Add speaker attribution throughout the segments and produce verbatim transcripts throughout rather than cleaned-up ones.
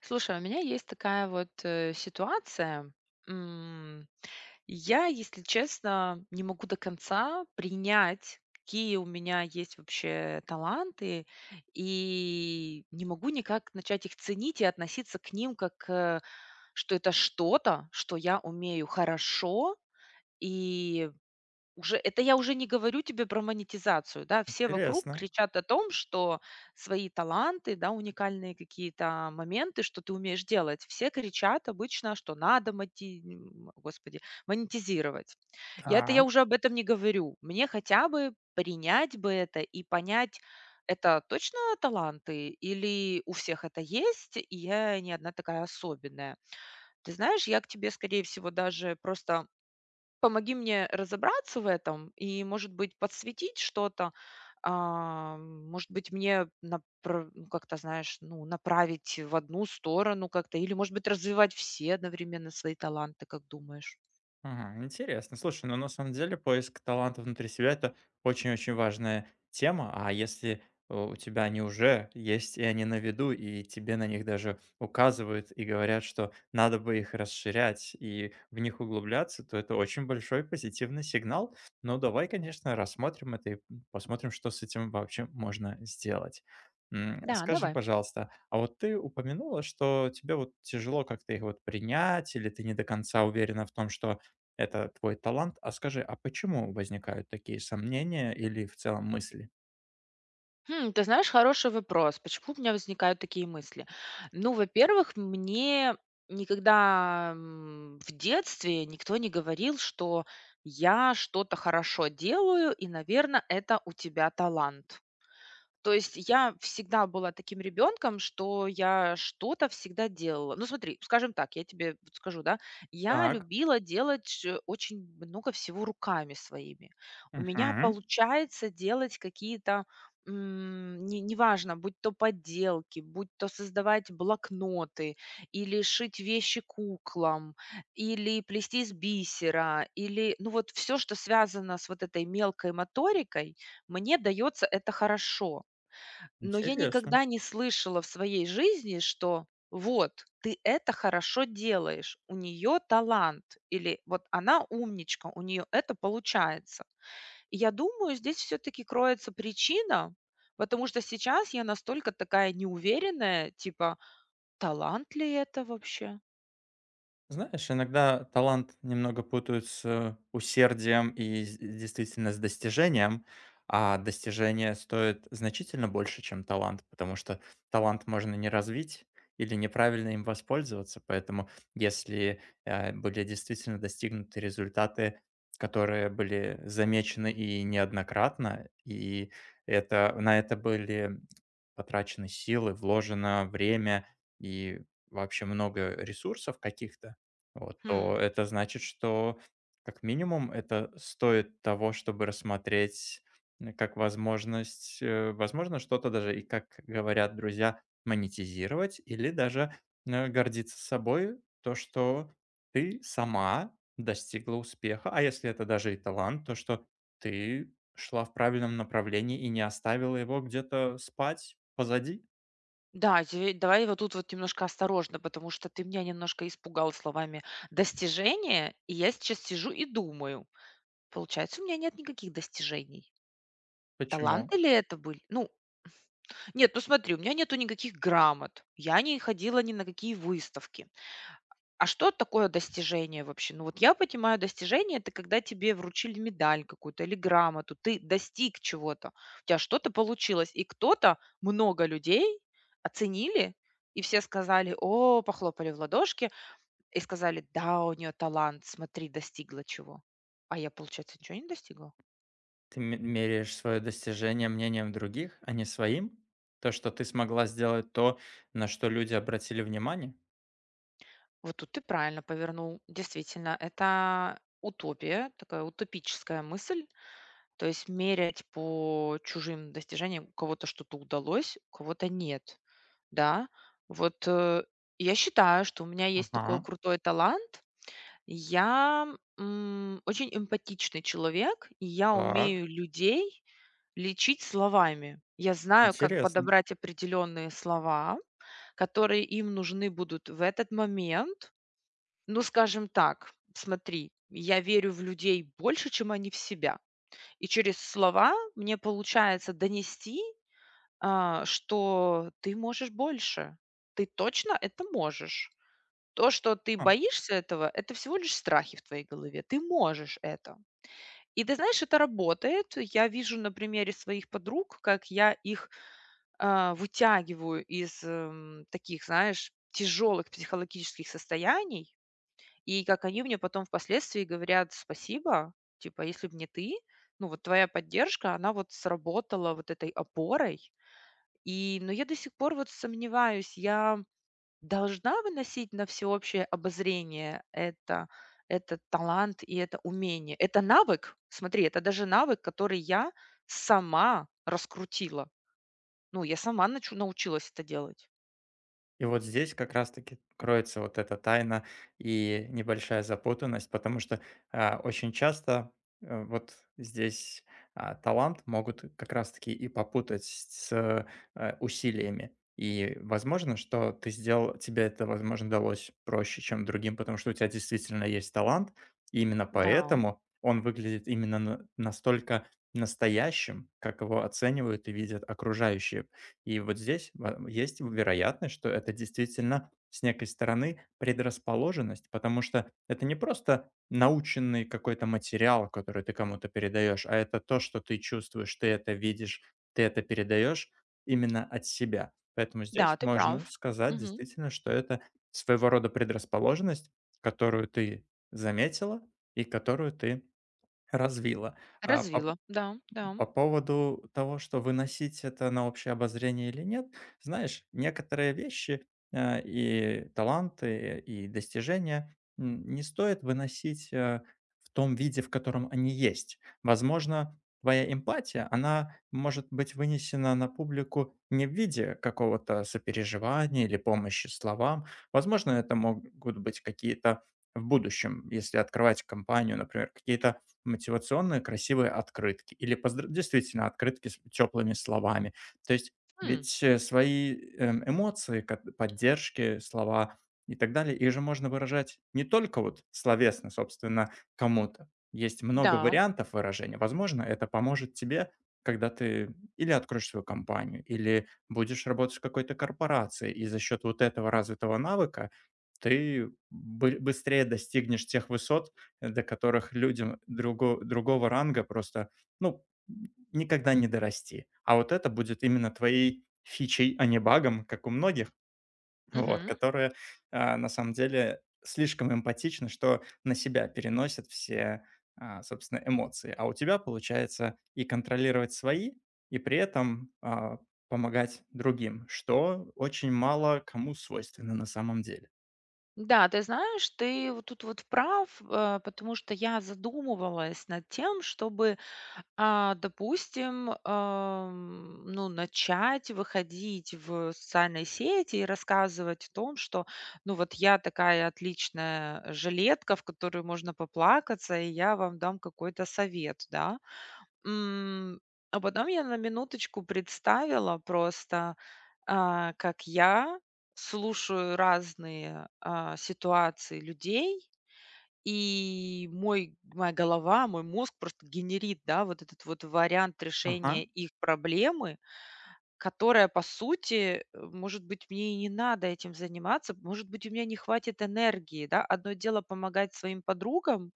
Speaker 1: Слушай, у меня есть такая вот, э, ситуация. М, я, если честно, не могу до конца принять, какие у меня есть вообще таланты, и не могу никак начать их ценить и относиться к ним как, э, что это что-то, что я умею хорошо, и уже это я уже не говорю тебе про монетизацию, да. Все вокруг
Speaker 2: Интересно.
Speaker 1: кричат о том, что свои таланты, да, уникальные какие-то моменты, что ты умеешь делать. Все кричат обычно, что надо моти, м, господи, монетизировать. Я это я
Speaker 2: Так.
Speaker 1: уже об этом не говорю. Мне хотя бы принять бы это и понять, это точно таланты или у всех это есть, и я не одна такая особенная. Ты знаешь, я к тебе, скорее всего, даже просто помоги мне разобраться в этом и, может быть, подсветить что-то. А, может быть, мне напра- ну, как-то, знаешь, ну, направить в одну сторону как-то, или, может быть, развивать все одновременно свои таланты, как думаешь?
Speaker 2: Ага, интересно. Слушай, ну на самом деле поиск таланта внутри себя — это очень-очень важная тема. А если э, у тебя они уже есть, и они на виду, и тебе на них даже указывают и говорят, что надо бы их расширять и в них углубляться, то это очень большой позитивный сигнал. Но давай, конечно, рассмотрим это и посмотрим, что с этим вообще можно сделать. М,
Speaker 1: Да,
Speaker 2: Скажи,
Speaker 1: давай.
Speaker 2: пожалуйста, а вот ты упомянула, что тебе вот тяжело как-то их вот принять, или ты не до конца уверена в том, что это твой талант. А скажи, а почему возникают такие сомнения или в целом мысли?
Speaker 1: Хм, ты знаешь, хороший вопрос. Почему у меня возникают такие мысли? Ну, во-первых, мне никогда м, в детстве никто не говорил, что я что-то хорошо делаю, и, наверное, это у тебя талант. То есть я всегда была таким ребенком, что я что-то всегда делала. Ну, смотри, скажем так, я тебе вот скажу, да, я
Speaker 2: Так.
Speaker 1: любила делать э, очень много всего руками своими. У меня
Speaker 2: Мгм.
Speaker 1: получается делать какие-то, м, не- неважно, будь то подделки, будь то создавать блокноты, или шить вещи куклам, или плести из бисера, или, ну вот все, что связано с вот этой мелкой моторикой, мне дается это хорошо. Но я
Speaker 2: Интересно.
Speaker 1: никогда не слышала в своей жизни, что вот ты это хорошо делаешь, у нее талант, или вот она умничка, у нее это получается. И я думаю, здесь все-таки кроется причина, потому что сейчас я настолько такая неуверенная, типа, талант ли это вообще?
Speaker 2: Знаешь, иногда талант немного путают с усердием и с действительно с достижением, а достижение стоит значительно больше, чем талант, потому что талант можно не развить или неправильно им воспользоваться. Поэтому, если э, были действительно достигнуты результаты, которые были замечены, и неоднократно, и это, на это были потрачены силы, вложено время и вообще много ресурсов каких-то, вот,
Speaker 1: Хм.
Speaker 2: то это значит, что как минимум это стоит того, чтобы рассмотреть, м, как возможность, э, возможно, что-то даже и, как говорят друзья, монетизировать или даже э, гордиться собой, то, что ты сама достигла успеха, а если это даже и талант, то что ты шла в правильном направлении и не оставила его где-то спать позади.
Speaker 1: Да, тебе- давай вот тут вот немножко осторожно, потому что ты меня немножко испугал словами достижения, и я сейчас сижу и думаю. Получается, у меня нет никаких достижений.
Speaker 2: Почему?
Speaker 1: Таланты ли это были? Ну, нет, ну смотри, у меня нету никаких грамот, я не ходила ни на какие выставки. А что такое достижение вообще? Ну вот я понимаю, достижение — это когда тебе вручили медаль какую-то или грамоту, ты достиг чего-то, у тебя что-то получилось, и кто-то, много людей оценили, и все сказали: "О!" Похлопали в ладошки и сказали: "Да, у нее талант, смотри, достигла чего". А я, получается, ничего не достигла?
Speaker 2: Ты ме меряешь свое достижение мнением других, а не своим? То, что ты смогла сделать то, на что люди обратили внимание?
Speaker 1: Вот тут ты правильно повернул. Действительно, это утопия, такая утопическая мысль. То есть мерять по чужим достижениям, у кого-то что-то удалось, у кого-то нет. Да, вот э, я считаю, что у меня есть такой
Speaker 2: Ага.
Speaker 1: крутой талант. Я м, очень эмпатичный человек, и я
Speaker 2: Так,
Speaker 1: умею людей лечить словами. Я знаю, как
Speaker 2: интересно.
Speaker 1: подобрать определенные слова, которые им нужны будут в этот момент, ну, скажем так, смотри, я верю в людей больше, чем они в себя. И через слова мне получается донести, а, что ты можешь больше. Ты точно это можешь. То, что ты
Speaker 2: А.
Speaker 1: боишься этого, это всего лишь страхи в твоей голове. Ты можешь это. И ты знаешь, это работает. Я вижу на примере своих подруг, как я их а, вытягиваю из эм, таких, знаешь, тяжелых психологических состояний, и как они мне потом впоследствии говорят: "Спасибо, типа, если бы не ты, ну, вот твоя поддержка, она вот сработала вот этой опорой". И, но я до сих пор вот сомневаюсь, я должна выносить на всеобщее обозрение это этот талант и это умение? Это навык, смотри, это даже навык, который я сама раскрутила. Ну, я сама начу научилась это делать.
Speaker 2: И вот здесь как раз-таки кроется вот эта тайна и небольшая запутанность, потому что, а, очень часто, э, вот здесь, а, талант могут как раз-таки и попутать с, э, э, усилиями. И возможно, что ты сделал, тебе это, возможно, далось проще, чем другим, потому что у тебя действительно есть талант, и именно
Speaker 1: Да,
Speaker 2: поэтому он выглядит именно на настолько настоящим, как его оценивают и видят окружающие. И вот здесь ва есть вероятность, что это действительно, с некой стороны, предрасположенность, потому что это не просто наученный какой-то материал, который ты кому-то передаешь, а это то, что ты чувствуешь, ты это видишь, ты это передаешь именно от себя. Поэтому
Speaker 1: да,
Speaker 2: здесь
Speaker 1: ты
Speaker 2: можно
Speaker 1: прав.
Speaker 2: сказать
Speaker 1: Мгм.
Speaker 2: действительно, что это своего рода предрасположенность, которую ты заметила и которую ты развила. А по
Speaker 1: Развила. Да, да.
Speaker 2: по поводу того, что выносить это на общее обозрение или нет, знаешь, некоторые вещи, э, и таланты, и достижения, м, не стоит выносить, э, в том виде, в котором они есть. Возможно, твоя эмпатия, она может быть вынесена на публику не в виде какого-то сопереживания или помощи словам. Возможно, это могут быть какие-то в будущем, если открывать компанию, например, какие-то мотивационные красивые открытки или поздр действительно открытки с теплыми словами. То есть
Speaker 1: М,
Speaker 2: ведь, э, свои, эм, эмоции, кат поддержки, слова и так далее, их же можно выражать не только вот словесно, собственно, кому-то. Есть много
Speaker 1: да.
Speaker 2: вариантов выражения. Возможно, это поможет тебе, когда ты или откроешь свою компанию, или будешь работать в какой-то корпорации, и за счет вот этого развитого навыка ты бы быстрее достигнешь тех высот, э, до которых людям друго другого ранга просто, ну, никогда не дорасти. А вот это будет именно твоей фичей, а не багом, как у многих, вот,
Speaker 1: Мгм.
Speaker 2: которые, а, на самом деле слишком эмпатичны, что на себя переносят все, а, собственно, эмоции. А у тебя получается и контролировать свои, и при этом, а, помогать другим, что очень мало кому свойственно на самом деле.
Speaker 1: Да, ты знаешь, ты вот тут вот прав, э, потому что я задумывалась над тем, чтобы, а, допустим, ам, ну, начать выходить в социальные сети и рассказывать о том, что, ну, вот я такая отличная жилетка, в которую можно поплакаться, и я вам дам какой-то совет, да. М, а потом я на минуточку представила просто, а, как я слушаю разные, а, ситуации людей, и мой моя голова, мой мозг просто генерит, да, вот этот вот вариант
Speaker 2: Ага,
Speaker 1: решения их проблемы, которая, по сути, э, может быть, мне и не надо этим заниматься, может быть, у меня не хватит энергии, да. Одно дело помогать своим подругам,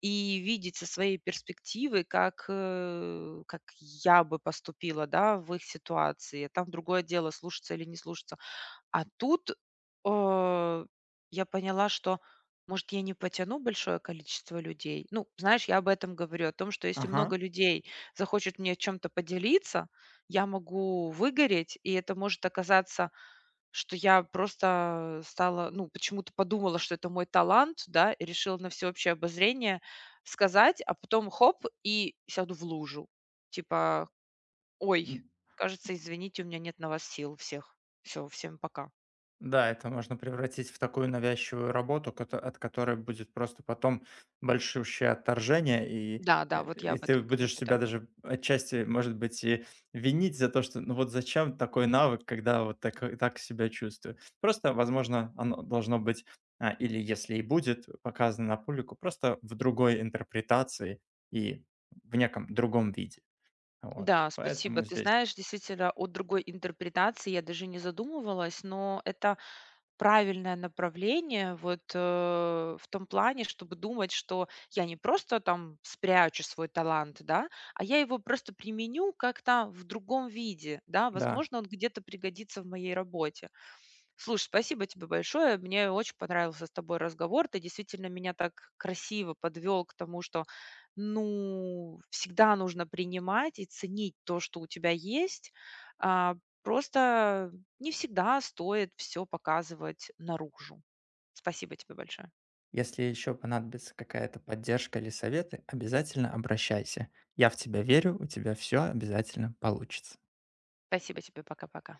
Speaker 1: и видеть со своей перспективы, как, э, как я бы поступила, да, в их ситуации. Там другое дело, слушаться или не слушаться. А тут, э, я поняла, что, может, я не потяну большое количество людей. Ну, знаешь, я об этом говорю, о том, что если
Speaker 2: ага.
Speaker 1: много людей захочет мне чем-то поделиться, я могу выгореть, и это может оказаться что я просто стала, ну, почему-то подумала, что это мой талант, да, и решила на всеобщее обозрение сказать, а потом хоп, и сяду в лужу. Типа, ой, кажется, извините, у меня нет на вас сил всех. Все, всем пока.
Speaker 2: Да, это можно превратить в такую навязчивую работу, кото- от которой будет просто потом большущее отторжение, и,
Speaker 1: Да, да,
Speaker 2: э,
Speaker 1: вот я
Speaker 2: и
Speaker 1: об
Speaker 2: ты
Speaker 1: этом говорю,
Speaker 2: будешь
Speaker 1: да.
Speaker 2: себя даже отчасти, может быть, и винить за то, что ну вот зачем такой навык, когда вот так, э, так себя чувствую. Просто, возможно, оно должно быть, а, или если и будет показано на публику, просто в другой интерпретации и в неком другом виде. Вот.
Speaker 1: Да, спасибо.
Speaker 2: Поэтому
Speaker 1: Ты
Speaker 2: здесь,
Speaker 1: знаешь, действительно, о другой интерпретации я даже не задумывалась, но это правильное направление вот, э, в том плане, чтобы думать, что я не просто там спрячу свой талант, да, а я его просто применю как-то в другом виде, да,
Speaker 2: да.
Speaker 1: возможно, он где-то пригодится в моей работе. Слушай, спасибо тебе большое. Мне очень понравился с тобой разговор. Ты действительно меня так красиво подвел к тому, что, ну, всегда нужно принимать и ценить то, что у тебя есть. А, просто не всегда стоит все показывать наружу. Спасибо тебе большое.
Speaker 2: Если еще понадобится какая-то поддержка или советы, обязательно обращайся. Я в тебя верю, у тебя все обязательно получится.
Speaker 1: Спасибо тебе, пока-пока.